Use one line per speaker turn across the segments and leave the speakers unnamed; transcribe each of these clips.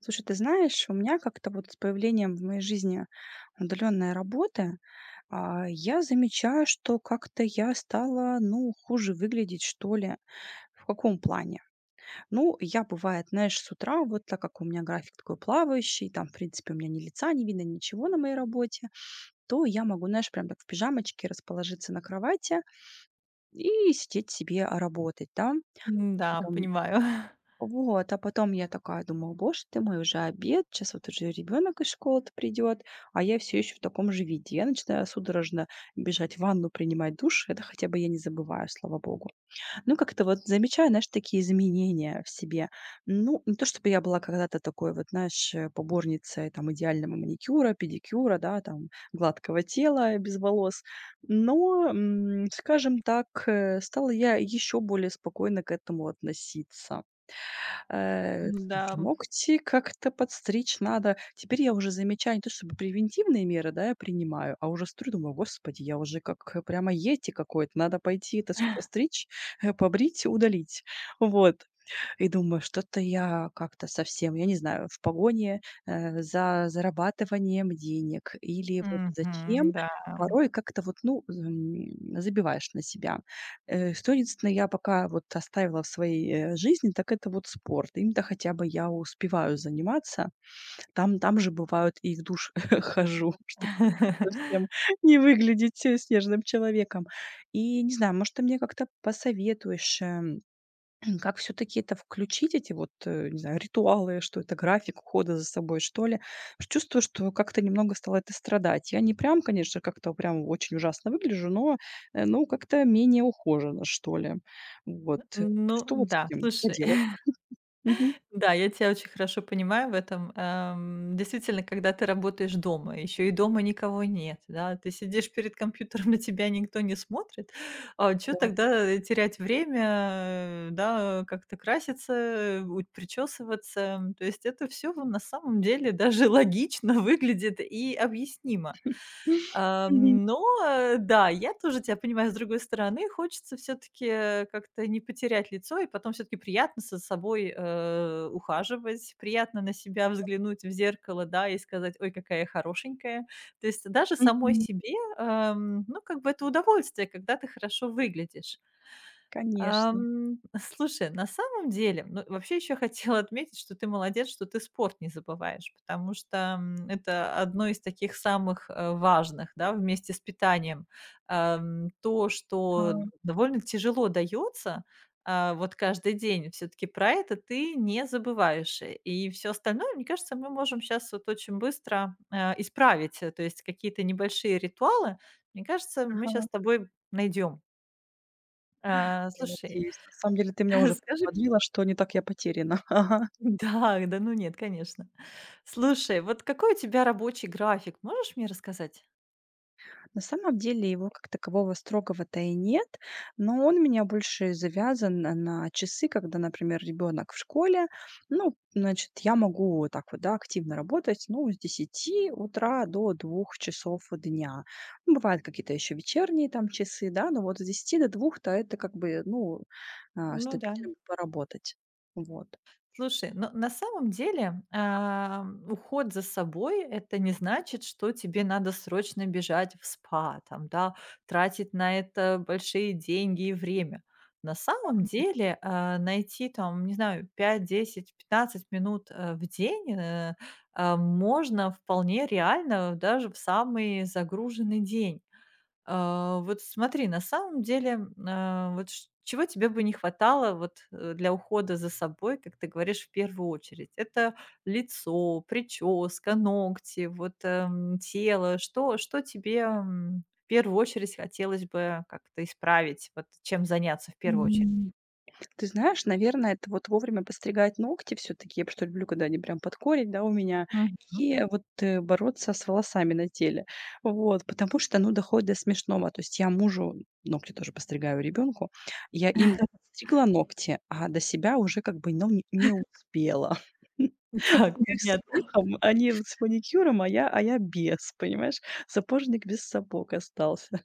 Слушай, ты знаешь, у меня как-то вот с появлением в моей жизни удаленной работы, я замечаю, что как-то я стала, ну, хуже выглядеть, что ли. В каком плане? Ну, я бывает, знаешь, с утра, вот так как у меня график такой плавающий, там, в принципе, у меня ни лица не видно, ничего на моей работе, то я могу, знаешь, прям так в пижамочке расположиться на кровати и сидеть себе работать, да.
М-да,
Потом
понимаю.
Вот, а потом я такая думала: "Боже ты мой, уже обед, сейчас вот уже ребенок из школы-то придет, а я все еще в таком же виде". Я начинаю судорожно бежать в ванну, принимать душ. Это хотя бы я не забываю, слава богу. Ну, как-то вот замечаю, знаешь, такие изменения в себе. Ну, не то чтобы я была когда-то такой вот, знаешь, поборницей там идеального маникюра, педикюра, да, там гладкого тела, без волос. Но, скажем так, стала я еще более спокойно к этому относиться.
Да.
Слушай, ногти как-то подстричь надо. Теперь я уже замечаю не то чтобы превентивные меры, да, я принимаю, а уже смотрю, думаю: "Господи, я уже как, прямо йети какой-то. Надо пойти это всё стричь, побрить удалить". Вот. И думаю, что-то я как-то совсем, я не знаю, в погоне, за зарабатыванием денег или вот зачем,
Мгм, да.
порой как-то вот, ну, забиваешь на себя. Что единственное я пока вот оставила в своей, жизни, так это вот спорт. Им-то хотя бы я успеваю заниматься. Там же бывают и в душ хожу, чтобы совсем не выглядеть, снежным человеком. И не знаю, может, ты мне как-то посоветуешь, как все таки это включить, эти вот, не знаю, ритуалы, что это график ухода за собой, что ли? Потому что чувствую, что как-то немного стало это страдать. Я не прям, конечно, как-то прям очень ужасно выгляжу, но, ну, как-то менее ухоженно, что ли. Вот.
Ну
Что вот с
да,
этим
слушай,
поделать? Мгм.
да, я тебя очень хорошо понимаю в этом. Действительно, когда ты работаешь дома, еще и дома никого нет, да, ты сидишь перед компьютером, на тебя никто не смотрит, а чё
Да.
тогда терять время, да, как-то краситься, у причесываться? То есть это все в на самом деле даже логично выглядит и объяснимо.
Мгм.
Да, я тоже тебя понимаю с другой стороны. Хочется все таки как-то не потерять лицо, и потом все таки приятно за собой, ухаживать, приятно на себя взглянуть в зеркало, да, и сказать: "Ой, какая я хорошенькая". То есть даже самой
Мгм.
себе, ну, как бы это удовольствие, когда ты хорошо выглядишь.
Конечно.
Слушай, на самом деле, ну, вообще еще хотела отметить, что ты молодец, что ты спорт не забываешь, потому что, это одно из таких самых, важных, да, вместе с питанием. То, что
Ага.
довольно тяжело дается, вот каждый день, все таки про это ты не забываешь. И все остальное, мне кажется, мы можем сейчас вот очень быстро, исправить. Э, То есть какие-то небольшие ритуалы, мне кажется, мы сейчас
Ага.
с тобой найдем.
Я
Слушай.
надеюсь. На самом деле ты меня уже прям
Скажи.
подвела, что не так я потеряна.
Да, да, ну нет, конечно. Слушай, вот какой у тебя рабочий график? Можешь мне рассказать?
На самом деле его как такового строгого-то и нет, но он у меня больше завязан на часы, когда, например, ребенок в школе. Ну, значит, я могу вот так вот, да, активно работать, ну, с 10 утра до 2 часов дня. Ну, бывают какие-то еще вечерние там часы, да, но вот с 10 до 2, то это как бы, ну,
Ну да.
стабильно поработать. Вот.
Слушай, ну, на самом деле, уход за собой — это не значит, что тебе надо срочно бежать в спа, там, да, тратить на это большие деньги и время. На самом деле, найти там, не знаю, 5, 10, 15 минут, в день, можно вполне реально даже в самый загруженный день. Вот смотри, на самом деле, вот ш чего тебе бы не хватало вот, для ухода за собой, как ты говоришь, в первую очередь? Это лицо, прическа, ногти, вот, тело. Что тебе, в первую очередь хотелось бы как-то исправить? Вот чем заняться в первую очередь?
М. Ты знаешь, наверное, это вот вовремя постригать ногти все таки. Я просто люблю, когда они прям под корень, да, у меня.
Мгм.
И вот, бороться с волосами на теле. Вот, потому что, ну, доходит до смешного. То есть я мужу ногти тоже постригаю, ребенку. Я им стригла ногти, а до себя уже как бы, ну, не успела.
Так,
Смех
понятно.
смехом, они вот с маникюром, а я без, понимаешь? Сапожник без сапог остался.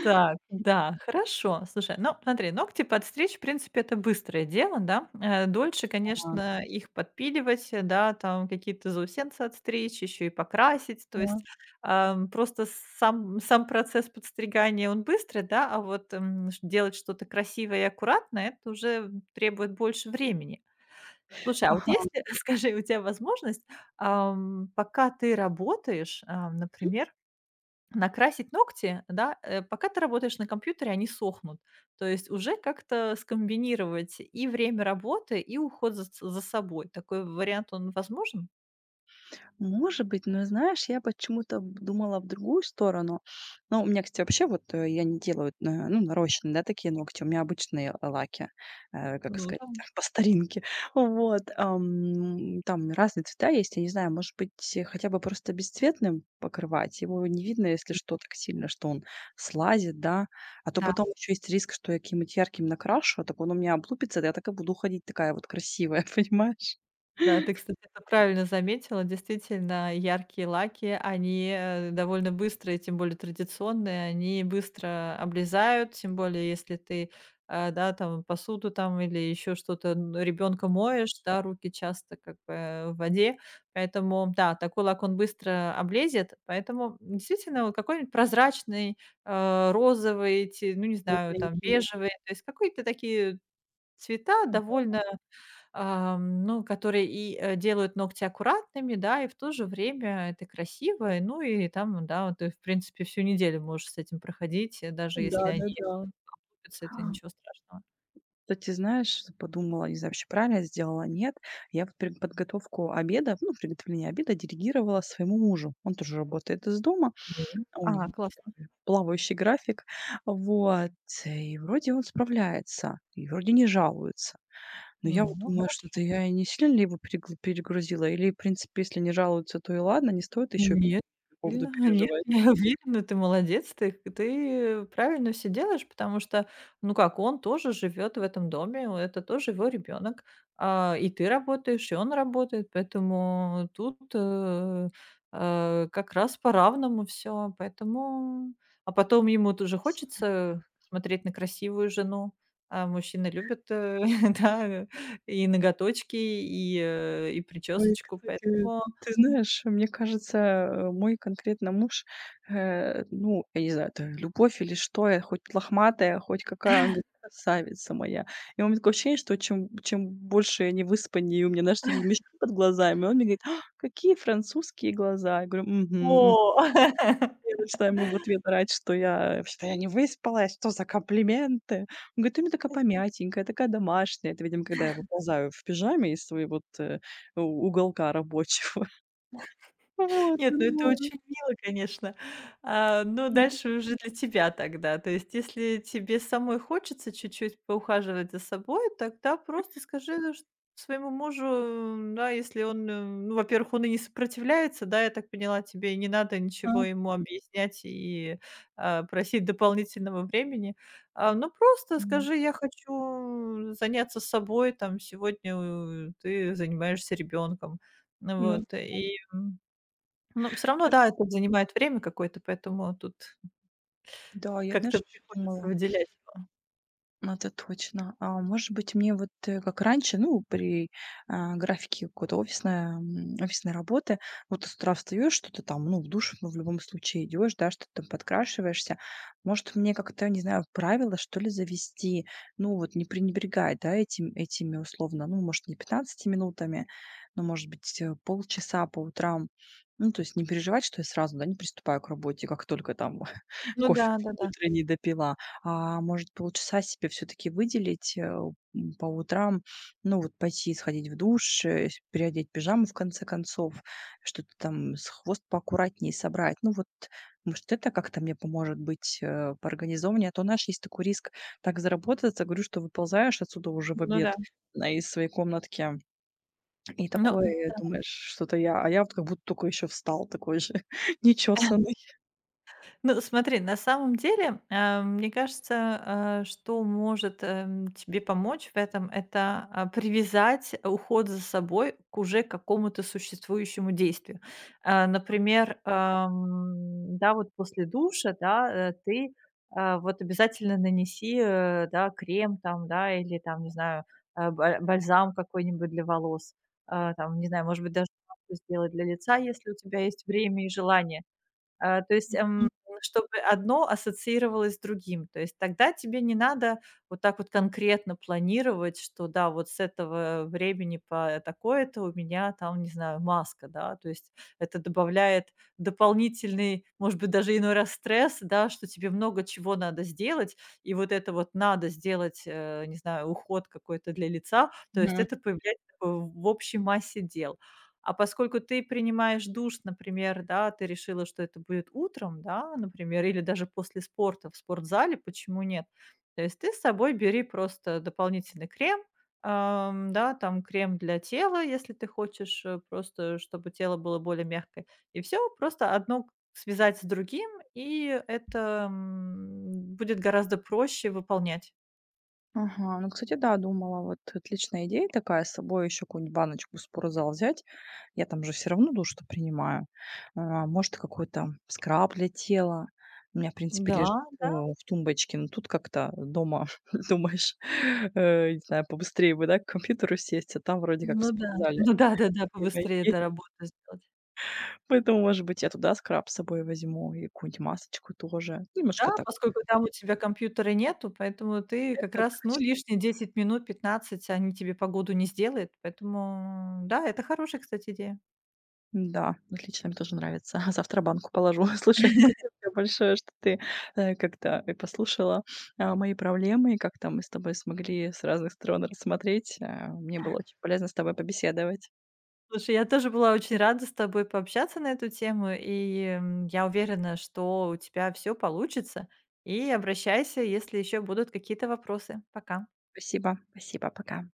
Так, да, хорошо. Слушай, ну смотри, ногти подстричь, в принципе, это быстрое дело, да. Дольше,
А,
конечно, их подпиливать, да, там какие-то заусенцы отстричь, еще и покрасить. То есть, просто сам процесс подстригания, он быстрый, да, а вот, м, ш делать что-то красивое и аккуратное — это уже требует больше времени. Слушай, а вот
а.
если скажи, у тебя возможность, пока ты работаешь, например, накрасить ногти, да, пока ты работаешь на компьютере, они сохнут. То есть уже как-то скомбинировать и время работы, и уход за ц за собой. Такой вариант, он возможен?
Может быть, но знаешь, я почему-то б думала в другую сторону. Но у меня, кстати, вообще вот, я не делаю, ну, нарощенные, да, такие ногти. У меня обычные лаки, как
Ну
сказать, по старинке. Вот, там разные цвета есть. Я не знаю, может быть, хотя бы просто бесцветным покрывать. Его не видно, если что, так сильно, что он слазит, да. А то
да.
потом еще есть риск, что я каким-нибудь ярким накрашу, а так он у меня облупится, да я так и буду ходить такая вот красивая, понимаешь?
Да, ты, кстати, это правильно заметила. Действительно, яркие лаки, они довольно быстрые, тем более традиционные, они быстро облезают, тем более если ты, да, там посуду там или еще что-то ребенка моешь, да, руки часто как бы в воде, поэтому, да, такой лак он быстро облезет, поэтому действительно вот какой-нибудь прозрачный, розовый, ну не знаю, там бежевый, то есть какие-то такие цвета довольно… ну, которые и, делают ногти аккуратными, да, и в то же время это красиво. И, ну, и там, да, вот ты, в принципе, всю неделю можешь с этим проходить, даже если они
Да.
лупятся, это ничего страшного.
Кстати, знаешь, подумала, не знаю, вообще правильно я сделала, а нет. Я вот приготовление обеда делегировала своему мужу. Он тоже работает из дома,
Ну,
а у него
ага,
тоже
классно.
такой плавающий график. Вот. И вроде он справляется, и вроде не жалуется. Но я вот
Ну,
думаю,
хо
что-то я и не сильно ли его перегрузила, или, в принципе, если не жалуются, то и ладно, не стоит еще
нет,
по поводу
сильно. Нет,
переживать.
я уверена, ты молодец, ты правильно все делаешь, потому что, ну как, он тоже живет в этом доме, это тоже его ребенок, и ты работаешь, и он работает, поэтому тут, как раз по-равному все. Поэтому а потом ему тоже хочется смотреть на красивую жену, а мужчины любят, да, и ноготочки, и, и
Ой,
причесочку,
кстати,
поэтому…
ты знаешь, мне кажется, мой конкретно муж, ну, я не знаю, это любовь или что, я хоть лохматая, хоть какая, он говорит: "Красавица моя". И у меня такое ощущение, что чем больше я не выспаннее у меня, знаешь, такие мешки под глазами, он мне говорит: "А, какие французские глаза". Я говорю: "Мгм,
О!
я начала ему в ответ орать, что я не выспалась, что за комплименты. Он говорит: "Ты у меня такая помятенькая, такая домашняя". Это, видимо, когда я выползаю в пижаме из своего вот, у уголка рабочего. Вот,
Нет, ну это
ну,
очень мило, конечно. Но
м,
дальше уже для тебя тогда. То есть, если тебе самой хочется чуть-чуть поухаживать за собой, тогда просто скажи ну, своему мужу, да, если он, ну, во-первых, он и не сопротивляется, да, я так поняла, тебе и не надо
а,
ничего ему объяснять и просить дополнительного времени. Ну, просто
да.
скажи, я хочу заняться собой, там, сегодня ты занимаешься ребенком.
Ну,
Вот,
да,
и но все равно,
знаешь,
да, это занимает время какое-то, поэтому тут
да, я,
как-то
знаешь, ещё
приходится
думала.
выделять его.
Ну, это точно. А может быть, мне вот, как раньше, ну, графике какой-то офисной, офисной работы, вот ты с утра встаёшь, что-то там, ну, в душ, ну, в любом случае идешь, да, что-то там подкрашиваешься. Может, мне как-то, не знаю, правило, что ли, завести, ну, вот не пренебрегать, да, этими условно, ну, может, не 15 минутами, но, может быть, полчаса по утрам. Ну, то есть не переживать, что я сразу, да, не приступаю к работе, как только там
Ну да,
кофе
да-да.
утренний допила. А может, полчаса себе все таки выделить, по утрам? Ну, вот пойти, сходить в душ, э, с переодеть пижаму, в конце концов, что-то там с хвост поаккуратнее собрать. Ну, вот, может, это как-то мне поможет быть, поорганизованнее. А то, знаешь, есть такой риск так заработаться, говорю, что выползаешь отсюда уже в
Ну
обед,
да.
из своей комнатки, и
Но
такой думаешь, что-то я вот как будто только еще встал такой же, нечесанный.
ну, смотри, на самом деле, мне кажется, что может тебе помочь в этом, это привязать уход за собой к уже какому-то существующему действию. А, Например, да, вот после душа, да, ты вот обязательно нанеси, да, крем там, да, или там, не знаю, бальзам какой-нибудь для волос, А, там, не знаю, может быть, даже маску сделать для лица, если у тебя есть время и желание, то есть, чтобы одно ассоциировалось с другим. То есть тогда тебе не надо вот так вот конкретно планировать, что да, вот с этого времени по такое-то у меня там, не знаю, маска, да. То есть это добавляет дополнительный, может быть, даже иной раз стресс, да, что тебе много чего надо сделать. И вот это вот надо сделать, не знаю, уход какой-то для лица. То есть это появляется в общей массе дел. А поскольку ты принимаешь душ, например, да, ты решила, что это будет утром, да, например, или даже после спорта в спортзале, почему нет? То есть ты с собой бери просто дополнительный крем, да, там крем для тела, если ты хочешь, просто чтобы тело было более мягкое. И все, просто одно связать с другим, и это будет гораздо проще выполнять.
Ага, ну, кстати, да, думала, вот отличная идея такая, с собой еще какую-нибудь баночку в спортзал взять. Я там же все равно душ-то принимаю. А, может, какой-то скраб для тела. У меня, в принципе,
Да,
лежит в тумбочке, но тут как-то дома думаешь, не знаю, побыстрее бы, да, к компьютеру сесть, а там вроде как в
ну да,
спортзале
ну да, да, да,
время
побыстрее
есть.
до работы сделать.
Поэтому, может быть, я туда скраб с собой возьму и какую-нибудь масочку тоже.
Да,
Немножко так.
поскольку там у тебя компьютера нету, поэтому ты как
Это
раз, ну, лишние 10 минут, 15, они тебе погоду не сделают. Поэтому, да, это хорошая, кстати, идея.
Да, отлично, мне тоже нравится. Завтра банку положу. Слушай, спасибо тебе большое, что ты как-то послушала мои проблемы и как-то мы с тобой смогли с разных сторон рассмотреть. Мне было очень полезно с тобой побеседовать.
Слушай, я тоже была очень рада с тобой пообщаться на эту тему, и, я уверена, что у тебя все получится. И обращайся, если еще будут какие-то вопросы. Пока.
Спасибо, спасибо, пока.